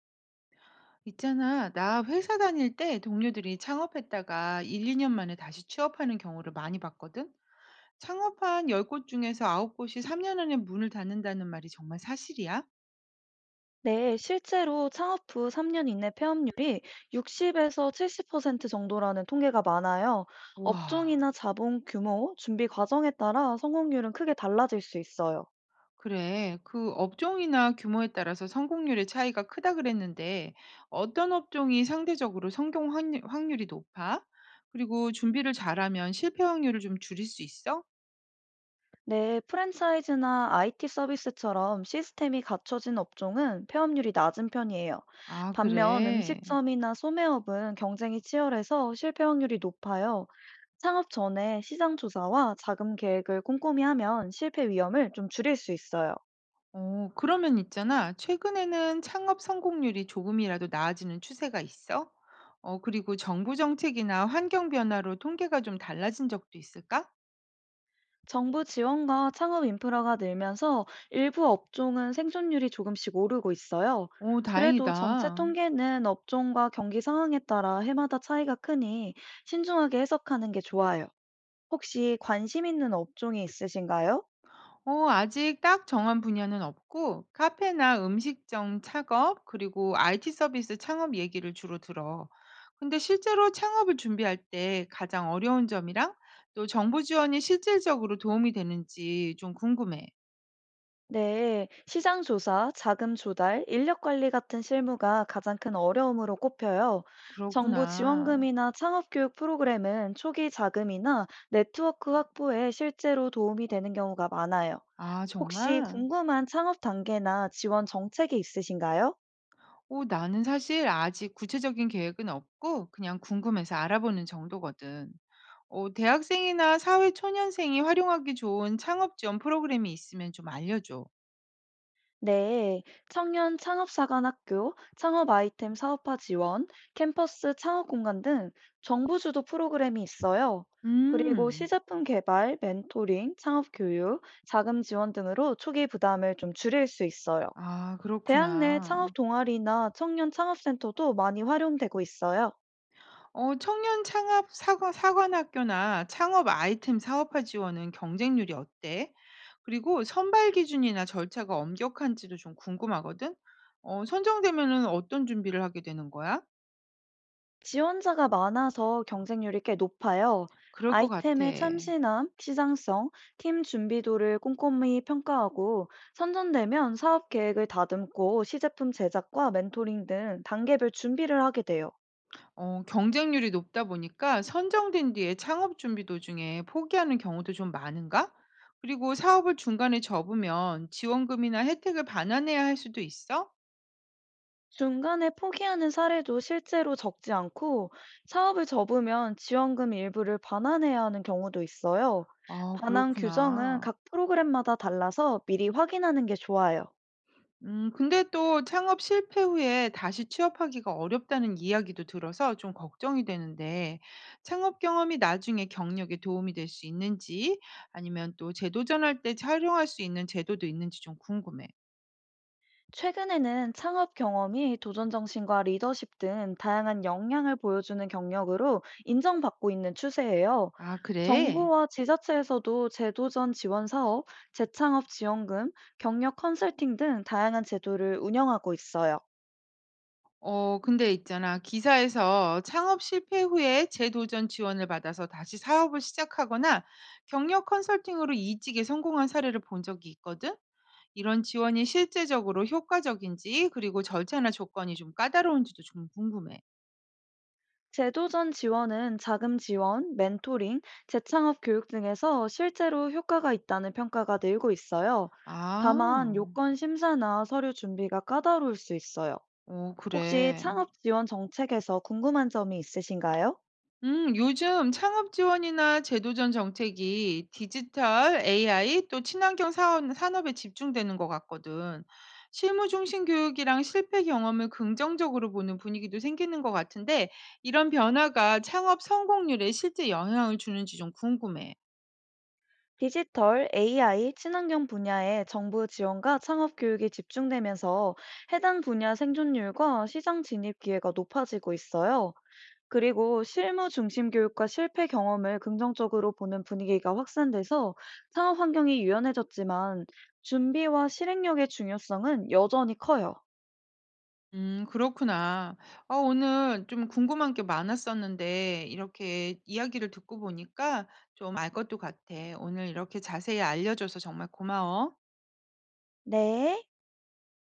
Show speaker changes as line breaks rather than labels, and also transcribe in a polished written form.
있잖아, 나 회사 다닐 때 동료들이 창업했다가 1, 2년 만에 다시 취업하는 경우를 많이 봤거든? 창업한 열 곳 중에서 아홉 곳이 3년 안에 문을 닫는다는 말이 정말 사실이야?
네, 실제로 창업 후 3년 이내 폐업률이 60에서 70% 정도라는 통계가 많아요.
와,
업종이나 자본 규모, 준비 과정에 따라 성공률은 크게 달라질 수 있어요.
그래. 그 업종이나 규모에 따라서 성공률의 차이가 크다 그랬는데, 어떤 업종이 상대적으로 확률이 높아? 그리고 준비를 잘하면 실패 확률을 좀 줄일 수 있어?
네, 프랜차이즈나 IT 서비스처럼 시스템이 갖춰진 업종은 폐업률이 낮은 편이에요.
아,
반면
그래.
음식점이나 소매업은 경쟁이 치열해서 실패 확률이 높아요. 창업 전에 시장 조사와 자금 계획을 꼼꼼히 하면 실패 위험을 좀 줄일 수 있어요.
어, 그러면 있잖아. 최근에는 창업 성공률이 조금이라도 나아지는 추세가 있어? 어, 그리고 정부 정책이나 환경 변화로 통계가 좀 달라진 적도 있을까?
정부 지원과 창업 인프라가 늘면서 일부 업종은 생존율이 조금씩 오르고 있어요.
오,
그래도 전체
다행이다.
통계는 업종과 경기 상황에 따라 해마다 차이가 크니 신중하게 해석하는 게 좋아요. 혹시 관심 있는 업종이 있으신가요?
어, 아직 딱 정한 분야는 없고, 카페나 음식점 창업, 그리고 IT 서비스 창업 얘기를 주로 들어. 근데 실제로 창업을 준비할 때 가장 어려운 점이랑 또 정부 지원이 실질적으로 도움이 되는지 좀 궁금해.
네, 시장 조사, 자금 조달, 인력 관리 같은 실무가 가장 큰 어려움으로 꼽혀요. 정부
그렇구나.
지원금이나 창업 교육 프로그램은 초기 자금이나 네트워크 확보에 실제로 도움이 되는 경우가 많아요.
아,
혹시
정말?
궁금한 창업 단계나 지원 정책이 있으신가요?
오, 나는 사실 아직 구체적인 계획은 없고 그냥 궁금해서 알아보는 정도거든. 어, 대학생이나 사회 초년생이 활용하기 좋은 창업 지원 프로그램이 있으면 좀 알려줘.
네, 청년 창업사관학교, 창업 아이템 사업화 지원, 캠퍼스 창업 공간 등 정부 주도 프로그램이 있어요. 그리고
음.
시제품 개발, 멘토링, 창업 교육, 자금 지원 등으로 초기 부담을 좀 줄일 수 있어요.
아,
대학 내 창업
그렇구나.
동아리나 청년 창업센터도 많이 활용되고 있어요.
어, 청년 창업 사관학교나 창업 아이템 사업화 지원은 경쟁률이 어때? 그리고 선발 기준이나 절차가 엄격한지도 좀 궁금하거든. 어, 선정되면은 어떤 준비를 하게 되는 거야?
지원자가 많아서 경쟁률이 꽤 높아요.
그럴 것 같아.
아이템의 참신함, 시장성, 팀 준비도를 꼼꼼히 평가하고 선전되면 사업 계획을 다듬고 시제품 제작과 멘토링 등 단계별 준비를 하게 돼요.
어, 경쟁률이 높다 보니까 선정된 뒤에 창업 준비 도중에 포기하는 경우도 좀 많은가? 그리고 사업을 중간에 접으면 지원금이나 혜택을 반환해야 할 수도 있어?
중간에 포기하는 사례도 실제로 적지 않고 사업을 접으면 지원금 일부를 반환해야 하는 경우도 있어요.
아,
반환 규정은
그렇구나.
각 프로그램마다 달라서 미리 확인하는 게 좋아요.
근데 또 창업 실패 후에 다시 취업하기가 어렵다는 이야기도 들어서 좀 걱정이 되는데, 창업 경험이 나중에 경력에 도움이 될 수 있는지, 아니면 또 재도전할 때 활용할 수 있는 제도도 있는지 좀 궁금해.
최근에는 창업 경험이 도전 정신과 리더십 등 다양한 역량을 보여주는 경력으로 인정받고 있는 추세예요.
아, 그래?
정부와 지자체에서도 재도전 지원 사업, 재창업 지원금, 경력 컨설팅 등 다양한 제도를 운영하고 있어요.
어, 근데 있잖아. 기사에서 창업 실패 후에 재도전 지원을 받아서 다시 사업을 시작하거나 경력 컨설팅으로 이직에 성공한 사례를 본 적이 있거든. 이런 지원이 실제적으로 효과적인지 그리고 절차나 조건이 좀 까다로운지도 좀 궁금해.
재도전 지원은 자금 지원, 멘토링, 재창업 교육 등에서 실제로 효과가 있다는 평가가 늘고 있어요. 다만
아.
요건 심사나 서류 준비가 까다로울 수 있어요.
어,
혹시
그래.
창업 지원 정책에서 궁금한 점이 있으신가요?
요즘 창업 지원이나 제도전 정책이 디지털, AI 또 친환경 사업, 산업에 집중되는 것 같거든. 실무 중심 교육이랑 실패 경험을 긍정적으로 보는 분위기도 생기는 것 같은데, 이런 변화가 창업 성공률에 실제 영향을 주는지 좀 궁금해.
디지털, AI, 친환경 분야에 정부 지원과 창업 교육이 집중되면서 해당 분야 생존율과 시장 진입 기회가 높아지고 있어요. 그리고 실무 중심 교육과 실패 경험을 긍정적으로 보는 분위기가 확산돼서 창업 환경이 유연해졌지만 준비와 실행력의 중요성은 여전히 커요.
그렇구나. 아, 오늘 좀 궁금한 게 많았었는데, 이렇게 이야기를 듣고 보니까 좀 알 것도 같아. 오늘 이렇게 자세히 알려줘서 정말 고마워.
네.